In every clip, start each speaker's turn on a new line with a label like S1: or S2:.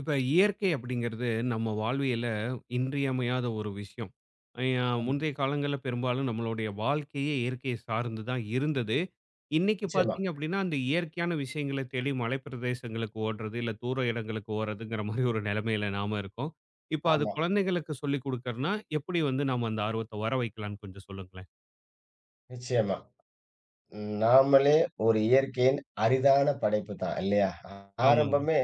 S1: இப்ப இயற்கை அப்படிங்கிறது நம்ம வாழ்வியல இன்றியமையாத ஒரு விஷயம். முந்தைய காலங்கள்ல பெரும்பாலும் நம்மளுடைய வாழ்க்கையே இயற்கையை சார்ந்து தான் இருந்தது. இன்னைக்கு
S2: நிச்சயமா.
S1: பார்த்தீங்க அப்படின்னா, அந்த இயற்கையான விஷயங்கள தேடி மலைப்பிரதேசங்களுக்கு ஓடுறது, இல்ல தூர இடங்களுக்கு ஓடுறதுங்கிற மாரி ஒரு நிலைமையில நாம இருக்கோம். இப்ப அது
S2: ஆமா,
S1: குழந்தைகளுக்கு சொல்லிக் குடுக்கறனா, எப்படி வந்து நாம அந்த ஆர்வத்த வர வைக்கலாம்ன்னு கொஞ்சம் சொல்லுங்களேன்?
S2: நிச்சயமா. நாமளே ஒரு இயற்கையின் அரிதான படைப்பு தான் இல்லையா?
S1: ஆமாங்க.
S2: ஆரம்பமே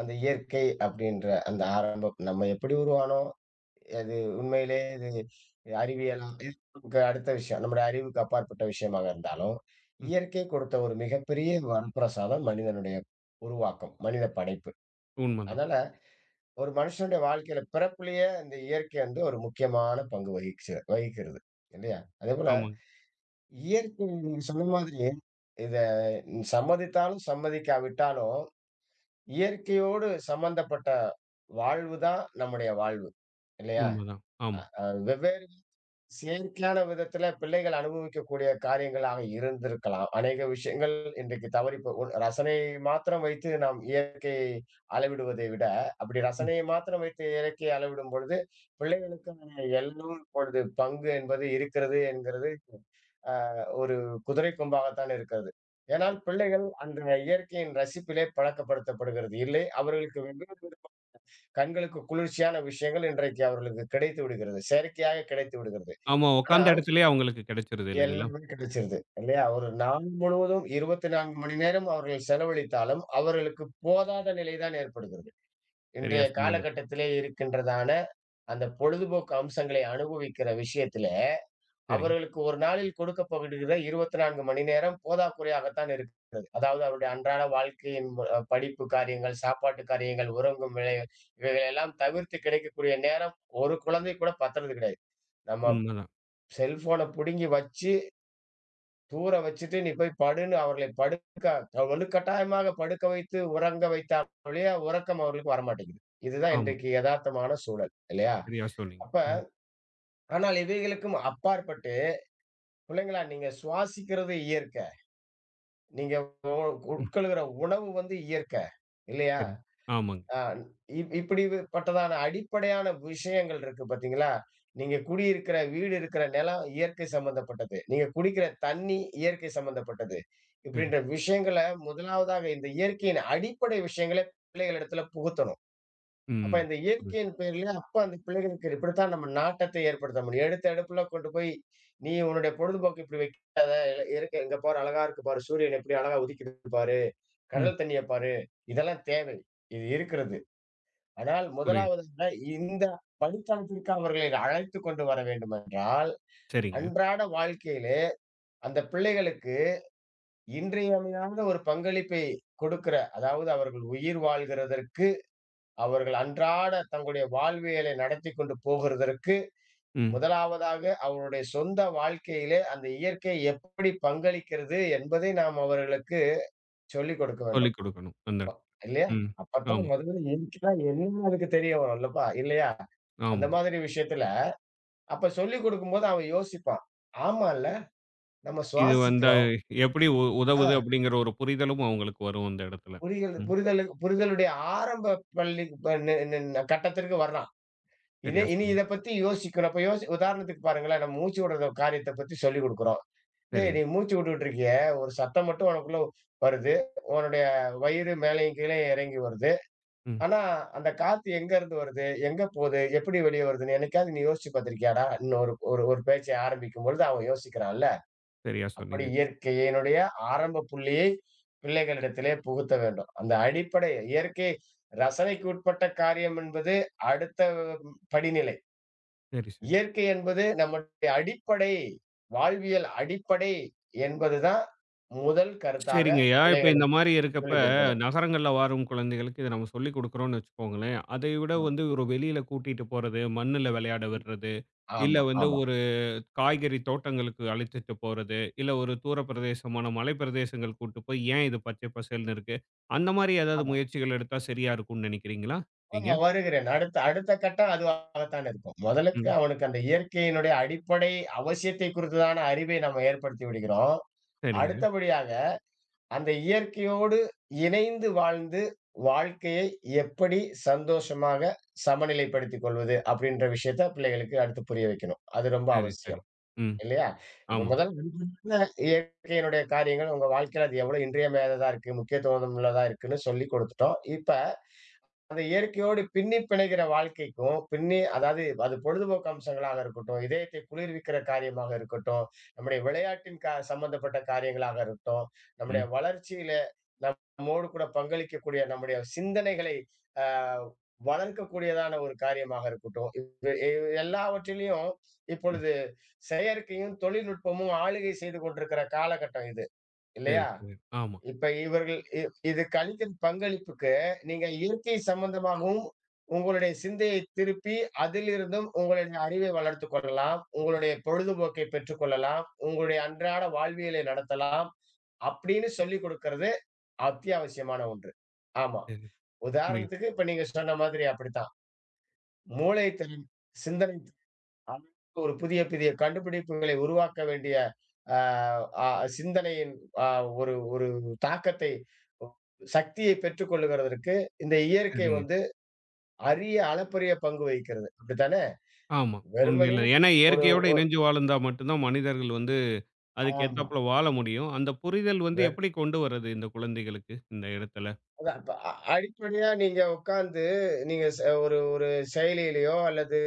S2: அந்த இயற்கை அப்படின்ற அந்த ஆரம்பம் நம்ம எப்படி உருவானோம்? அது உண்மையிலே இது அறிவியலா நமக்கு அடுத்த விஷயம். நம்முடைய அறிவுக்கு அப்பாற்பட்ட விஷயமாக இருந்தாலும்,
S1: ம்.
S2: இயற்கை கொடுத்த ஒரு மிகப்பெரிய வரப்பிரசாதம் மனிதனுடைய உருவாக்கம், மனித படைப்பு.
S1: உண்மதான்.
S2: அதனால ஒரு மனுஷனுடைய வாழ்க்கையில பிறப்பிலேயே இந்த இயற்கை வந்து ஒரு முக்கியமான பங்கு வகிச்சு வகிக்கிறது இல்லையா? அதேபோல
S1: ஆமாங்க.
S2: இயற்கை நீங்க சொன்ன மாதிரி, இத சம்மதித்தாலும், சம்மதிக்காவிட்டாலும், இயற்கையோடு சம்பந்தப்பட்ட வாழ்வு தான் நம்முடைய வாழ்வு. இல்லையா?
S1: உண்மதான்.
S2: அ
S1: ஆமா.
S2: அ வெவ்வேறு செயற்கையான விதத்தில பிள்ளைகள் அனுபவிக்கக்கூடிய காரியங்களாக இருந்திருக்கலாம். அநேக விஷயங்கள் இன்றைக்கு தவறி போ ஒரு ரசனையை மாத்திரம் வைத்து நாம் இயற்கையை அளவிடுவதை விட, அப்படி
S1: ம்.
S2: ரசனையை மாத்திரம் வைத்து இயற்கையை அளவிடும் பொழுது, பிள்ளைகளுக்கான எல்லும் இப்பொழுது பங்கு என்பது இருக்கிறது என்கிறது ஒரு குதிரை கொம்பாகத்தான் இருக்கிறது. ஏனால் பிள்ளைகள் அந்த இயற்கையின் ரசிப்பிலே பழக்கப்படுத்தப்படுகிறது இல்லை. அவர்களுக்கு வெவ்வேறு விதமா கண்களுக்கு குளிர்ச்சியான விஷயங்கள் இன்றைக்கு அவர்களுக்கு கிடைத்து விடுகிறது. செயற்கையாக கிடைத்து விடுகிறது.
S1: ஆமா உட்காந்த
S2: ஆனால்
S1: இடத்திலேயே அவங்களுக்கு கிடைச்சிருது இல்லைங்களா?
S2: எல்லாமே கிடைச்சிருது இல்லையா? ஒரு நாள் முழுவதும் 24 மணி நேரம் அவர்கள் செலவழித்தாலும் அவர்களுக்கு போதாத நிலைதான் ஏற்படுகிறது.
S1: சரியா
S2: இன்றைய
S1: சொன்னீங்க.
S2: காலகட்டத்திலே இருக்கின்றதான அந்த பொழுதுபோக்கு அம்சங்களை அனுபவிக்கிற விஷயத்திலே
S1: சரி.
S2: அவர்களுக்கு ஒரு நாளில் கொடுக்கப்படுகிற 24 மணி நேரம் போதாக்குறையாகத்தான் இருக்கிறது. அதாவது அவருடைய அன்றாட வாழ்க்கையின் படிப்பு காரியங்கள், சாப்பாட்டு காரியங்கள், உறங்கும் வேலைகள் இவைகளெல்லாம் தவிர்த்து கிடைக்கக்கூடிய நேரம் ஒரு குழந்தை கூட பத்துறது கிடையாது. நம்ம
S1: உண்மதான்.
S2: செல்போன புடுங்கி வச்சு, தூர வச்சுட்டு "நீ போய் படுன்னு" அவர்களை படுக்க வலுக்கட்டாயமாக படுக்க வைத்து, உறங்க வைத்தால் ஒழிய உறக்கம் அவர்களுக்கு வரமாட்டேங்குது. இதுதான்
S1: ஆமா.
S2: இன்றைக்கு எதார்த்தமான சூழல் இல்லையா?
S1: சரியா சொன்னீங்க.
S2: அப்ப
S1: ம்,
S2: ஆனால் இவைகளுக்கும் அப்பாற்பட்டு, பிள்ளைங்களா நீங்க சுவாசிக்கிறது இயற்கை. நீங்க ஒ
S1: ம்.
S2: உட்கொள்கிற உணவு வந்து இயற்கை, இல்லையா?
S1: சரி. ஆமாங்க.
S2: அ இப் இப்படிப்பட்டதான அடிப்படையான விஷயங்கள் இருக்கு பார்த்தீங்களா? நீங்க குடியிருக்கிற வீடு இருக்கிற நிலம் இயற்கை சம்பந்தப்பட்டது. நீங்க குடிக்கிற தண்ணி இயற்கை சம்பந்தப்பட்டது.
S1: சரி.
S2: இப்படின்ற விஷயங்கள முதலாவதாக இந்த இயற்கையின் அடிப்படை விஷயங்கள பிள்ளைகள் இடத்துல புகுத்தணும். அப்ப
S1: ம்.
S2: இந்த
S1: புரியுது.
S2: இயற்கையின் பேர்லயே அப்ப அந்த பிள்ளைகளுக்கு இப்படித்தான் நம்ம நாட்டத்தை ஏற்படுத்த முடியும். எடுத்த எடுப்புல கொண்டு போய், "நீ உன்னுடைய பொழுதுபோக்கு இப்படி வைக்காத. இயற்கை இங்க பாரு அழகா இருக்கு பாரு. சூரியன் எப்படி அழகா உதிக்குது பாரு.
S1: ம்.
S2: கடல் தண்ணிய பாரு." இதெல்லாம் தேவை. இது இருக்கிறது. ஆனால்
S1: புரியுது.
S2: முதலாவதாக இந்த படித்தளத்திற்கு அவர்களை அழைத்துக் கொண்டு வர வேண்டுமென்றால்,
S1: சரிங்க.
S2: அன்றாட வாழ்க்கையிலே அந்த பிள்ளைகளுக்கு இன்றியமையாத ஒரு பங்களிப்பை கொடுக்கிற, அதாவது அவர்கள் உயிர் வாழ்கிறதற்கு அவர்கள் அன்றாட தங்களுடைய வாழ்வியலை நடத்திக் கொண்டு போகிறதற்கு,
S1: ம்.
S2: முதலாவதாக அவருடைய சொந்த வாழ்க்கையிலே அந்த இயற்கை எப்படி பங்களிக்கிறது என்பதை நாம் அவர்களுக்கு சொல்லிக் கொடுக்க வேண்டும்.
S1: சொல்லிக் குடுக்கணும். அந்த இடத்துல.
S2: இல்லையா?
S1: ம்.
S2: அப்பத்தான்
S1: ஆமா,
S2: முதல்ல இயற்கைனா என்னன்னு அதுக்கு தெரிய வரும் இல்லப்பா, இல்லையா? அந்த
S1: ஆமாங்க.
S2: மாதிரி விஷயத்துல, அப்ப சொல்லிக் கொடுக்கும்போது அவன் யோசிப்பான். ஆமால்ல, நம்ம
S1: இது வந்தா
S2: சுவாசிக்கிறோம்.
S1: எப்படி
S2: ஆ
S1: உதவுது அப்படிங்கிற ஒரு புரிதலும் அவங்களுக்கு வரும் அந்த இடத்துல.
S2: புரிகிறது
S1: ம்.
S2: புரிதலுடைய ஆரம்ப பள்ளி ப நி நி நி- கட்டத்திற்கு வர்றான். இதே
S1: சரியா
S2: இனி
S1: சொன்னீங்க.
S2: இத பத்தி யோசிக்கணும். அப்ப யோசி உதாரணத்துக்கு பாருங்களேன், நம்ம மூச்சு விடுற காரியத்த பத்தி சொல்லிக் குடுக்குறோம். "டேய் நீ
S1: சரிங்க.
S2: மூச்சு விட்டுட்டு இருக்கியே, ஒரு சத்தம் மட்டும் உனக்குள்ள வருது. உன்னுடைய வயிறு மேலயும் கீழயும் இறங்கி வருது.
S1: ம்.
S2: ஆனா, அந்த காத்து எங்க இருந்து வருது? எங்க போது? எப்படி வெளிய வருதுன்னு என்னைக்காவது நீ யோசிச்சு பார்த்திருக்கியாடா?" ன்னு ஒரு ஒரு ஒரு பேச்சை ஆரம்பிக்கும் பொழுது அவன் யோசிக்கிறான்ல.
S1: சரியா
S2: அப்படி
S1: சொன்னீங்க.
S2: இயற்கையினுடைய ஆரம்ப புள்ளியை பிள்ளைகளிடத்திலே புகுத்த வேண்டும். அந்த அடிப்படை இயற்கை ரசனைக்கு உட்பட்ட காரியம் என்பது அடுத்த படிநிலை.
S1: சரி, சரி.
S2: இயற்கை என்பது நம்முடைய அடிப்படை, வாழ்வியல் அடிப்படை என்பதுதான் முதல் கருத்தாக
S1: சரிங்கய்யா. இப்ப இந்த
S2: பிள்ளைகளுக்கு
S1: மாரி இருக்கப்ப,
S2: சொல்லிக் கொடுக்கணும்.
S1: நகரங்கள்ல வாழும் குழந்தைகளுக்கு இத நம்ம சொல்லிக் குடுக்குறோம்னு வச்சுக்கோங்களேன். அதை விட வந்து ஒரு வெளியில கூட்டிட்டு போறது, மண்ணுல விளையாட விடுறது, இல்ல
S2: ஆமா, ஆமா. ஆமா,
S1: வந்து
S2: ஆமா.
S1: ஒரு காய்கறி தோட்டங்களுக்கு அழைத்துட்டு போறது, இல்ல ஒரு தூர பிரதேசமான மலைப்பிரதேசங்கள் கூட்டு போய் ஏன் இது பச்சை பசேல்ன்னு இருக்கு? அந்த மாரி ஏதாவது
S2: ஆமா.
S1: முயற்சிகள் எடுத்தா சரியா இருக்கும்னு நினைக்கிறீங்களா? நீங்க?
S2: ஆமா வருகிறேன். அடுத்த அடுத்த கட்டம் அதுவாகத்தான் இருக்கும். முதலுக்கு
S1: ம்.
S2: அவனுக்கு அந்த இயற்கையினுடைய அடிப்படை அவசியத்தை குறித்ததான அறிவை நம்ம ஏற்படுத்தி விடுகிறோம்.
S1: சரிங்க.
S2: அடுத்தபடியாக அந்த இயற்கையோடு இணைந்து வாழ்ந்து வாழ்க்கையை எப்படி சந்தோஷமாக சமநிலைப்படுத்திக் கொள்வது அப்படின்ற விஷயத்த பிள்ளைகளுக்கு அடுத்து புரிய வைக்கணும். அது ரொம்ப
S1: சரி, சரி.
S2: அவசியம்.
S1: ம்.
S2: இல்லையா? இப்ப
S1: ஆமா.
S2: முதல் இயற்கையினுடைய காரியங்கள் உங்க வாழ்க்கையில அது எவ்வளவு இன்றியமையாததா இருக்கு, முக்கியத்துவம் உள்ளதா இருக்குன்னு சொல்லிக் குடுத்துட்டோம். இப்ப அந்த இயற்கையோடு பின்னி பிணைகிற வாழ்க்கைக்கும், பின்னி அதாவது அது பொழுதுபோக்கு அம்சங்களாக இருக்கட்டும், இதயத்தை குளிர்விக்கிற காரியமாக இருக்கட்டும், நம்முடைய விளையாட்டின் கா சம்பந்தப்பட்ட காரியங்களாக இருக்கட்டும், நம்முடைய
S1: ம்.
S2: வளர்ச்சியில நம்மோடு கூட பங்களிக்கக்கூடிய நம்முடைய சிந்தனைகளை அ வளர்க்கக்கூடியதான ஒரு காரியமாக இருக்கட்டும். இது எ எல்லாவற்றிலயும்
S1: ம்.
S2: இப்பொழுது செயற்கையும், தொழில்நுட்பமும் ஆளுகை செய்து கொண்டிருக்கிற காலகட்டம் இது.
S1: சரி,
S2: இல்லையா?
S1: சரி. ஆமா.
S2: இப்ப இவர்கள் இ இதுக்கு அளிக்கும் பங்களிப்புக்கு, நீங்க இயற்கை சம்பந்தமாகவும், உங்களுடைய சிந்தையை திருப்பி, அதிலிருந்தும் உங்களுடைய அறிவை வளர்த்துக் கொள்ளலாம். உங்களுடைய பொழுதுபோக்கை பெற்றுக் கொள்ளலாம். உங்களுடைய அன்றாட வாழ்வியலை நடத்தலாம். அப்படின்னு சொல்லிக் குடுக்கிறது அத்தியாவசியமான ஒன்று. ஆமா.
S1: சரி. புரியுது.
S2: உதாரணத்துக்கு இப்ப நீங்க சொன்ன மாதிரி அப்படித்தான். மூளை திறன், சிந்தனை ஆமா. ஒரு புதிய, புதிய கண்டுபிடிப்புகளை உருவாக்க வேண்டிய அ அ சிந்தனையின் அ ஒரு ஒரு தாக்கத்தை சக்தியை பெற்றுக் கொள்ளுகிறதற்கு இந்த இயற்கை
S1: சரிங்க.
S2: வந்து அரிய அளப்பரிய பங்கு வகிக்கிறது. அப்படித்தானே?
S1: ஆமா.
S2: வெறுமனே
S1: உண்மையில. ஏன்னா
S2: ஒரு
S1: இயற்கையோட இணைஞ்சு வாழ்ந்தா மட்டும் தான் மனிதர்கள் வந்து அதுக்கு
S2: ஆமா.
S1: ஏத்தாப்புல வாழ முடியும். அந்த புரிதல் வந்து
S2: வெ
S1: எப்படி கொண்டு வர்றது இந்த குழந்தைகளுக்கு இந்த இடத்துல?
S2: அதான் இப்ப அடிப்படையா நீங்க உட்கார்ந்து நீங்க ஒரு ஒரு செயலியிலயோ அல்லது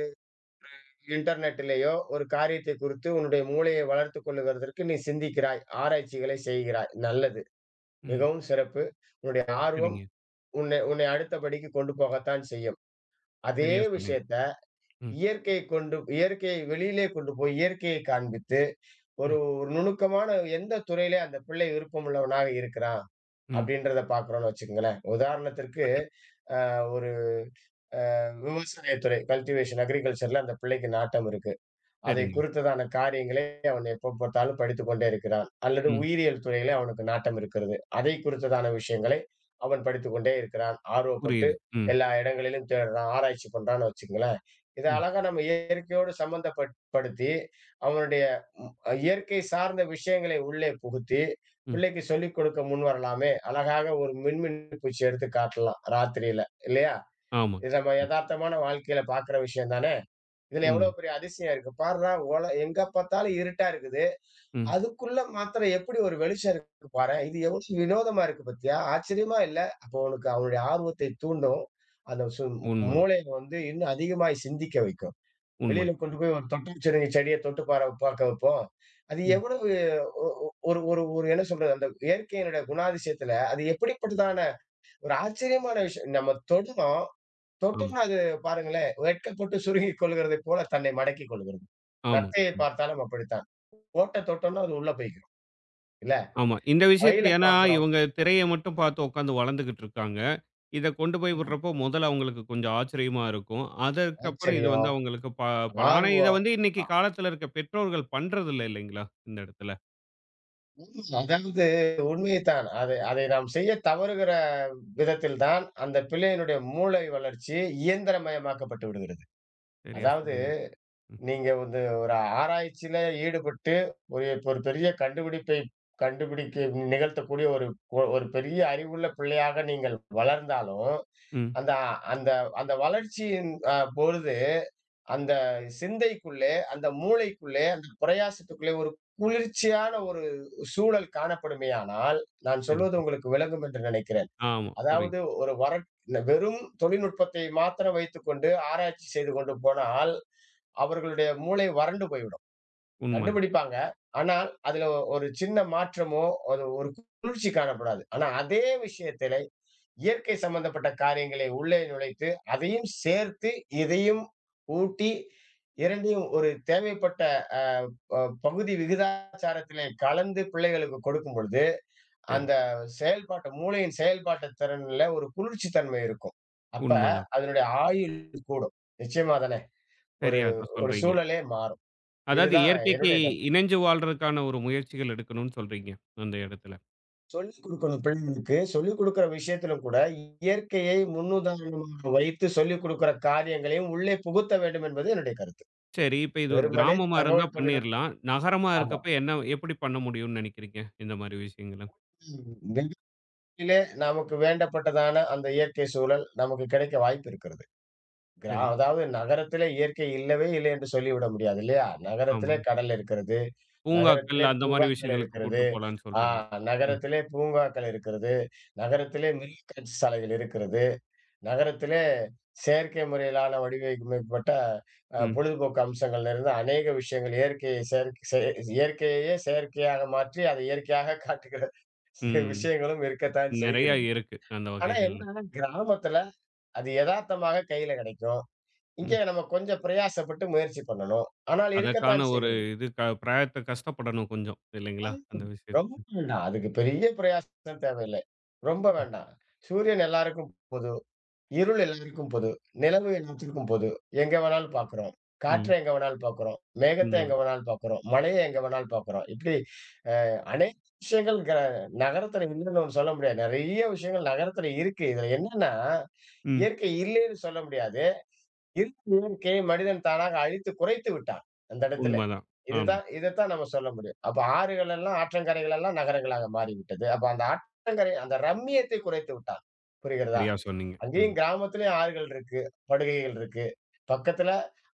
S2: இன்டர்நெட்லயோ ஒரு காரியத்தை குறித்து உன்னுடைய மூளையை வளர்த்துக் கொள்ளுகிறதற்கு நீ சிந்திக்கிறாய், ஆராய்ச்சிகளை செய்கிறாய். நல்லது.
S1: ம்.
S2: மிகவும் சிறப்பு. உன்னுடைய ஆர்வம்
S1: சரிங்க.
S2: உன்னை உன்னை அடுத்த படிக்கு கொண்டு போகத்தான் செய்யும். அதே
S1: சரியா சொன்னீங்க.
S2: விஷயத்த
S1: ம்.
S2: இயற்கை கொண்டு இயற்கையை வெளியிலே கொண்டு போய் இயற்கையை காண்பித்து, ஒரு
S1: ம்.
S2: ஒரு நுணுக்கமான எந்த துறையிலே அந்த பிள்ளை விருப்பமுள்ளவனாக இருக்கிறான்
S1: ம்.
S2: அப்படின்றத பார்க்கிறோம்னு வச்சுக்கங்களேன். உதாரணத்திற்கு, ஒரு விவசாயத்துறை கல்டிவேஷன் அக்ரிகல்ச்சர்ல அந்த பிள்ளைக்கு நாட்டம் இருக்கு. அதை
S1: சரிங்க.
S2: குறித்ததான காரியங்களை அவன் எப்போ பார்த்தாலும் படித்துக் கொண்டே இருக்கிறான். அல்லது
S1: ம்.
S2: உயிரியல் துறையிலே அவனுக்கு நாட்டம் இருக்கிறது. அதை குறித்ததான விஷயங்களை அவன் படித்துக் கொண்டே இருக்கிறான். ஆர்வப்பட்டு
S1: புரியுது. ம்,
S2: எல்லா இடங்களிலும் தேடுறான், ஆராய்ச்சி பண்றான்னு வச்சுக்கங்களேன். இத
S1: ம்,
S2: அழகா நம்ம இயற்கையோடு சம்பந்தப்பட் படுத்தி, அவனுடைய இயற்கை சார்ந்த விஷயங்களை உள்ளே புகுத்தி,
S1: ம்.
S2: பிள்ளைக்கு சொல்லிக் கொடுக்க முன்வரலாமே! அழகாக ஒரு மின்மினி பூச்சி எடுத்து காட்டலாம், ராத்திரியில. இல்லையா?
S1: ஆமாங்க.
S2: இது நம்ம
S1: ம்.
S2: எதார்த்தமான வாழ்க்கையில பார்க்கிற விஷயம் தானே! இதுல
S1: உண்ம.
S2: எவ்வளவு பெரிய அதிசயம் இருக்கு. பார்றா உல எங்க பார்த்தாலும் இருட்டா இருக்குது.
S1: ம்.
S2: அதுக்குள்ள மாத்திரம் எப்படி ஒரு வெளிச்சம் இருக்கு பாரேன். இது எவ்வளவு வினோதமா இருக்கு பாத்தியா? ஆச்சரியமா இல்ல? அப்போ உனக்கு அவனுடைய ஆர்வத்தை தூண்டும். அந்த சு
S1: உண்மதான்,
S2: மூளைய வந்து இன்னும் அதிகமாய் சிந்திக்க வைக்கும். வெளியில
S1: உண்மதாங்க.
S2: கொண்டு போய் ஒரு தொட்டி வச்சிருந்த செடிய தொட்டு பார்க்க வைப்போம். அது
S1: ம்.
S2: எவ்வளவு ஒ ஒ ஒரு ஒரு ஒரு என்ன சொல்றது? அந்த இயற்கையினுடைய குணாதிசயத்துல அது எப்படிப்பட்டதான ஒரு ஆச்சரியமான விஷயம். நம்ம தொடுறோம்.
S1: ஆமா,
S2: தொட்டோம்னா அது பாருங்களேன், வெட்கப்பட்டு சுருங்கிக் கொள்கிறதைப் போல தன்னை மடக்கிக் கொள்கிறது.
S1: ஆமா,
S2: நத்தையை
S1: ம்.
S2: பார்த்தாலும் அப்படித்தான். ஓட்ட தொட்டோம்னா அது உள்ள போய்க்கும். இல்ல?
S1: ஆமா. இந்த விஷயத்துல
S2: மயில
S1: ஏன்னா
S2: பார்க்கிறோம்.
S1: இவங்க திரைய மட்டும் பார்த்து உட்காந்து வளர்ந்துகிட்டு இருக்காங்க. இத கொண்டு போய் விடுறப்போ முதல்ல அவங்களுக்கு கொஞ்சம் ஆச்சரியமா இருக்கும். அதற்கப்புறம் இது வந்து
S2: ஆச்சரியம்,
S1: அவங்களுக்கு பல ஆனா இத
S2: ஆர்வம்.
S1: வந்து இன்னைக்கு
S2: அ
S1: காலத்துல இருக்க பெற்றோர்கள் பண்றதில்ல இல்லைங்களா? இந்த இடத்துல.
S2: ம் அதாவது உண்மைதான். அதை அதை நாம் செய்ய தவறுகிற விதத்தில் தான், அந்த பிள்ளையினுடைய மூளை வளர்ச்சி இயந்திரமயமாக்கப்பட்டு விடுகிறது.
S1: சரியா
S2: அதாவது
S1: சொன்னீங்க. ம்,
S2: நீங்க வந்து ஒரு ஆராய்ச்சியில ஈடுபட்டு, ஒரு இப்ப ஒரு பெரிய கண்டுபிடிப்பை கண்டுபிடிக்க நிகழ்த்தக்கூடிய ஒரு ஒரு பெரிய அறிவுள்ள பிள்ளையாக நீங்கள் வளர்ந்தாலும்,
S1: ம்.
S2: அந்த அந்த அந்த வளர்ச்சியின் பொழுது, அந்த சிந்தைக்குள்ளே, அந்த மூளைக்குள்ளே, அந்த பிரயாசத்துக்குள்ளே ஒரு குளிர்ச்சியான ஒரு சூழல் காணப்படுமேயானால், நான்
S1: சரிங்க.
S2: சொல்வது உங்களுக்கு விளங்கும் என்று நினைக்கிறேன்.
S1: ஆமா புரியுது.
S2: அதாவது ஒரு வறட் வெறும் தொழில்நுட்பத்தை மாத்திரம் வைத்துக்கொண்டு ஆராய்ச்சி செய்து கொண்டு போனால் அவர்களுடைய மூளை வறண்டு போய்விடும்.
S1: உண்மதான்.
S2: கண்டுபிடிப்பாங்க. ஆனால், அதுல ஒரு சின்ன மாற்றமோ, ஒரு ஒரு குளிர்ச்சி காணப்படாது. ஆனா, அதே விஷயத்திலே இயற்கை சம்பந்தப்பட்ட காரியங்களை உள்ளே நுழைத்து, அதையும் சேர்த்து, இதையும் ஊட்டி 2யும் ஒரு தேவைப்பட்ட அ ப பகுதி விகிதாச்சாரத்திலே கலந்து பிள்ளைகளுக்கு கொடுக்கும் பொழுது,
S1: சரி,
S2: அந்த
S1: சரி.
S2: செயல்பாட்டு மூளையின் செயல்பாட்டு திறன்ல ஒரு குளிர்ச்சி தன்மை இருக்கும். அப்ப
S1: உண்மதான்.
S2: அதனுடைய ஆயுள் கூடும். நிச்சயமா தானே! ஒரு
S1: சரியா தான்
S2: ஒரு
S1: சொல்றீங்க.
S2: சூழலே மாறும்.
S1: அதாவது
S2: இதுதான்
S1: இயற்கைக்கு
S2: என்னுடைய கருத்து.
S1: இணஞ்சு வாழ்றதுக்கான ஒரு முயற்சிகள் எடுக்கணும்னு சொல்றீங்க, அந்த இடத்துல.
S2: சொல்லிக் குடுக்கணும் பிள்ளைங்களுக்கு. சொல்லிக் குடுக்கிற விஷயத்திலும் கூட இயற்கையை முன்னுதாரணமாக வைத்து சொல்லிக் குடுக்கிற காரியங்களையும் உள்ளே புகுத்த வேண்டும் என்பது என்னுடைய கருத்து.
S1: சரி, இப்ப இது ஒரு
S2: வெறுமனே
S1: கிராமமா இருந்தா
S2: தகவல் தொழில்நுட்பம்
S1: பண்ணிறலாம். நகரமா
S2: ஆமா.
S1: இருக்கப்ப என்ன எப்படி பண்ண முடியும்னு நினைக்கிறீங்க? இந்த மாரி விஷயங்கள.
S2: நகரத்திலே நமக்கு வேண்டப்பட்டதான அந்த இயற்கை சூழல் நமக்கு கிடைக்க வாய்ப்பு இருக்கிறது.
S1: சரி,
S2: அதாவது நகரத்திலே இயற்கை இல்லவே இல்லை என்று சொல்லிவிட முடியாது இல்லையா? நகரத்திலே
S1: ஆமாங்க.
S2: கடல் இருக்கிறது. நகரத்திலே
S1: பூங்காக்கள் அந்த மாரி
S2: பூங்காக்கள்
S1: விஷயங்களுக்கு கூட்டு
S2: இருக்கிறது.
S1: போலான்னு
S2: ஆ
S1: சொல்றீங்க. ம்,
S2: நகரத்திலே பூங்காக்கள் இருக்கிறது. நகரத்திலே மிருக காட்சி சாலைகள் இருக்கிறது. நகரத்திலே செயற்கை முறையிலான வடிவமைக்கப்பட்ட
S1: ம்,
S2: பொழுதுபோக்கு அம்சங்கள்ல இருந்து அநேக விஷயங்கள் இயற்கையை இயற்கையையே செயற்கையாக மாற்றி அதை இயற்கையாக காட்டுகிற சில
S1: ம்.
S2: விஷயங்களும் இருக்கத்தான்
S1: நெறைய
S2: செய்கிறது.
S1: இருக்கு அந்த
S2: ஆனா
S1: வகைகள்ல.
S2: என்ன, கிராமத்துல அது யதார்த்தமாக கையில கிடைக்கும்.
S1: ம்.
S2: இங்கே நம்ம கொஞ்சம் பிரயாசப்பட்டு முயற்சி பண்ணணும், ஆனால்
S1: அதற்கான
S2: இருக்கத்தான்
S1: ஒரு
S2: செய்கிறது.
S1: இது பிரயத்த கஷ்டப்படணும் கொஞ்சம் இல்லைங்களா? அந்த
S2: கொஞ்சம், ரொம்ப
S1: விஷயத்துக்கு.
S2: வேண்டாம், அதுக்கு பெரிய பிரயாசம் தேவையில்லை. ரொம்ப
S1: ம்,
S2: வேண்டாம். சூரியன் எல்லாருக்கும் பொதுவானது. இருள் எல்லாருக்கும் பொது. நிலவு எல்லாத்திற்கும் பொது. எங்க வேணாலும் பார்க்கிறோம். காற்ற
S1: ம்.
S2: எங்க வேணாலும் பார்க்கிறோம். மேகத்த எங்க
S1: உண்மதான்.
S2: வேணாலும் பார்க்கிறோம். மழைய எங்க வேணாலும் பார்க்கிறோம். இப்படி அநேக விஷயங்கள் நகரத்துல இல்லன்னு நம்ம சொல்ல முடியாது. நெறைய விஷயங்கள் நகரத்துல இருக்கு. இதுல என்னன்னா,
S1: ம்.
S2: இயற்கை இல்லைன்னு சொல்ல முடியாது. இருக்கும் இயற்கையை மனிதன் தானாக அழித்து குறைத்து விட்டான். அந்த இடத்துல.
S1: உண்மதான். ஆமா.
S2: இதத்தான் நம்ம சொல்ல முடியும். அப்ப ஆறுகள் எல்லாம், ஆற்றங்கரைகள் எல்லாம் நகரங்களாக மாறிவிட்டது. அப்ப அந்த ஆற்றங்கரை அந்த ரம்மியத்தை குறைத்து விட்டான். புரிகிறதா?
S1: சரியா சொன்னீங்க. ம்.
S2: அங்கேயும் கிராமத்திலயும் ஆறுகள் இருக்கு. படுகைகள் இருக்கு. பக்கத்துல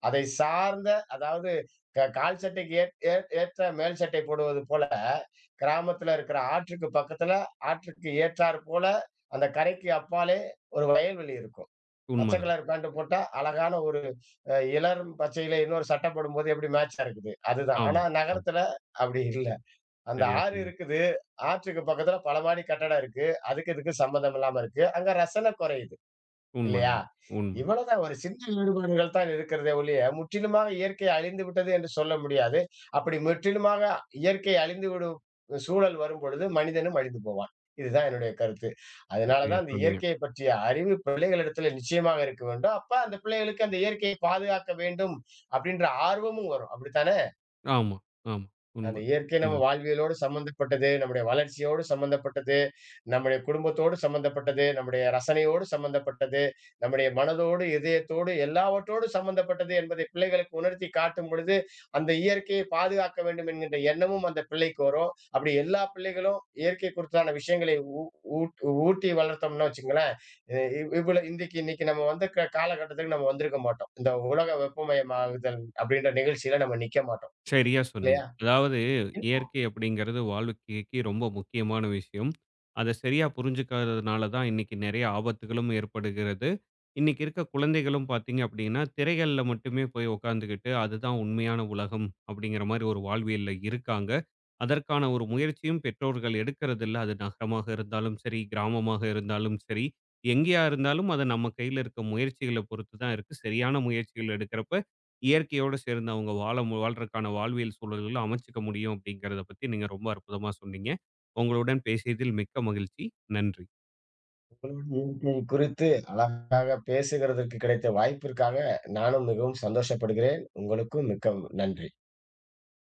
S2: அதை சார்ந்த அதாவது கால் சட்டைக்கு ஏற் ஏற் ஏற்ற மேல் சட்டை போடுவது போல, கிராமத்துல இருக்கிற ஆற்றுக்கு பக்கத்துல, ஆற்றுக்கு ஏற்றார் போல அந்த கரைக்கு அப்பாலே ஒரு வயல்வெளி இருக்கும். பச்சை
S1: உண்மதான்.
S2: கலர் பேண்ட் போட்டா அழகான ஒரு இளம் பச்சையில இன்னொரு சட்டை போடும்போது எப்படி மேட்சா இருக்குது. அதுதான். ஆனா
S1: ஆமா. ஆமா.
S2: நகரத்துல அப்படி இல்ல. அந்த
S1: சரியா
S2: ஆறு
S1: சொன்னீங்க.
S2: இருக்குது. ஆற்றுக்கு பக்கத்துல பல மாடி கட்டடம் இருக்கு. அதுக்கு இதுக்கு சம்மந்தம் இல்லாம இருக்கு. அங்க ரசனை குறையுது. இல்லையா?
S1: உண்மதாங்க. உண்மதான்.
S2: இவ்வளவுதான், ஒரு சின்ன வேறுபாடுகள் தான் இருக்கிறதே ஒழிய, முற்றிலுமாக இயற்கை அழிந்து விட்டது என்று சொல்ல முடியாது. அப்படி முற்றிலுமாக இயற்கை அழிந்துவிடும் சூழல் வரும்பொழுது, மனிதனும் அழிந்து போவான். இதுதான் என்னுடைய கருத்து. அதனால
S1: சரியா
S2: தான் அந்த
S1: சொன்னீங்க.
S2: இயற்கையை பற்றிய அறிவு பிள்ளைகளிடத்தில நிச்சயமாக இருக்க வேண்டும். அப்ப அந்த பிள்ளைகளுக்கு அந்த இயற்கையை பாதுகாக்க வேண்டும் அப்படின்ற ஆர்வமும் வரும். அப்படித்தான?
S1: ஆமா, ஆமா.
S2: அந்த
S1: உண்ம.
S2: இயற்கை
S1: இந்த
S2: நம்ம வாழ்வியலோடு சம்மந்தப்பட்டது, நம்முடைய வளர்ச்சியோடு சம்மந்தப்பட்டது, நம்முடைய குடும்பத்தோடு சம்மந்தப்பட்டது, நம்முடைய ரசனையோடு சம்மந்தப்பட்டது, நம்முடைய மனதோடு, இதயத்தோடு, எல்லாவற்றோடும் சம்மந்தப்பட்டது என்பதை பிள்ளைகளுக்கு உணர்த்தி காட்டும் பொழுது, அந்த இயற்கையை பாதுகாக்க வேண்டும் என்கின்ற எண்ணமும் அந்த பிள்ளைக்கு வரும். அப்படி எல்லா பிள்ளைகளும் இயற்கை குறித்தான விஷயங்களை ஊ ஊட் ஊட்டி வளர்த்தோம்னு வச்சுக்கங்களேன், அ இவ் இவ்வள இன்னைக்கு நம்ம வந்து காலகட்டத்துக்கு நம்ம வந்திருக்க மாட்டோம். இந்த உலக வெப்பமயமாகுதல் அப்படின்ற நிகழ்ச்சியில நம்ம நிக்க மாட்டோம்.
S1: சரியா சொன்னீங்க.
S2: இல்லையா?
S1: அதாவது இயற்கை அப்படிங்கிறது வாழ்க்கைக்கு ரொம்ப முக்கியமான விஷயம். அத சரியா புரிஞ்சுக்காததுனால தான் இன்னைக்கு நெறைய ஆபத்துகளும் ஏற்படுகிறது. இன்னைக்கு இருக்க குழந்தைகளும் பார்த்தீங்க அப்படின்னா, திரைகள்ல மட்டுமே போய் உட்காந்துக்கிட்டு, அதுதான் உண்மையான உலகம் அப்படிங்கிற மாரி ஒரு வாழ்வியல்ல இருக்காங்க. அதற்கான ஒரு முயற்சியும் பெற்றோர்கள் எடுக்கிறதில்ல. அது நகரமாக இருந்தாலும் சரி, கிராமமாக இருந்தாலும் சரி, எங்கேயா இருந்தாலும் அது நம்ம கையில இருக்க முயற்சிகள பொறுத்து தான் இருக்கு. சரியான முயற்சிகள் எடுக்கிறப்ப இயற்கையோடு சேர்ந்து அவங்க வாழ வாழ்றக்கான வாழ்வியல் சூழல்கள அமைச்சுக்க முடியும் அப்படிங்கிறத பத்தி நீங்க ரொம்ப அற்புதமா சொன்னீங்க. உங்களுடன் பேசியதில் மிக்க மகிழ்ச்சி. நன்றி.
S2: உங்களோட இயற்கை குறித்து அழகாக பேசுகிறதற்கு கிடைத்த வாய்ப்பிற்காக நானும் மிகவும் சந்தோஷப்படுகிறேன். உங்களுக்கும் மிக்க நன்றி.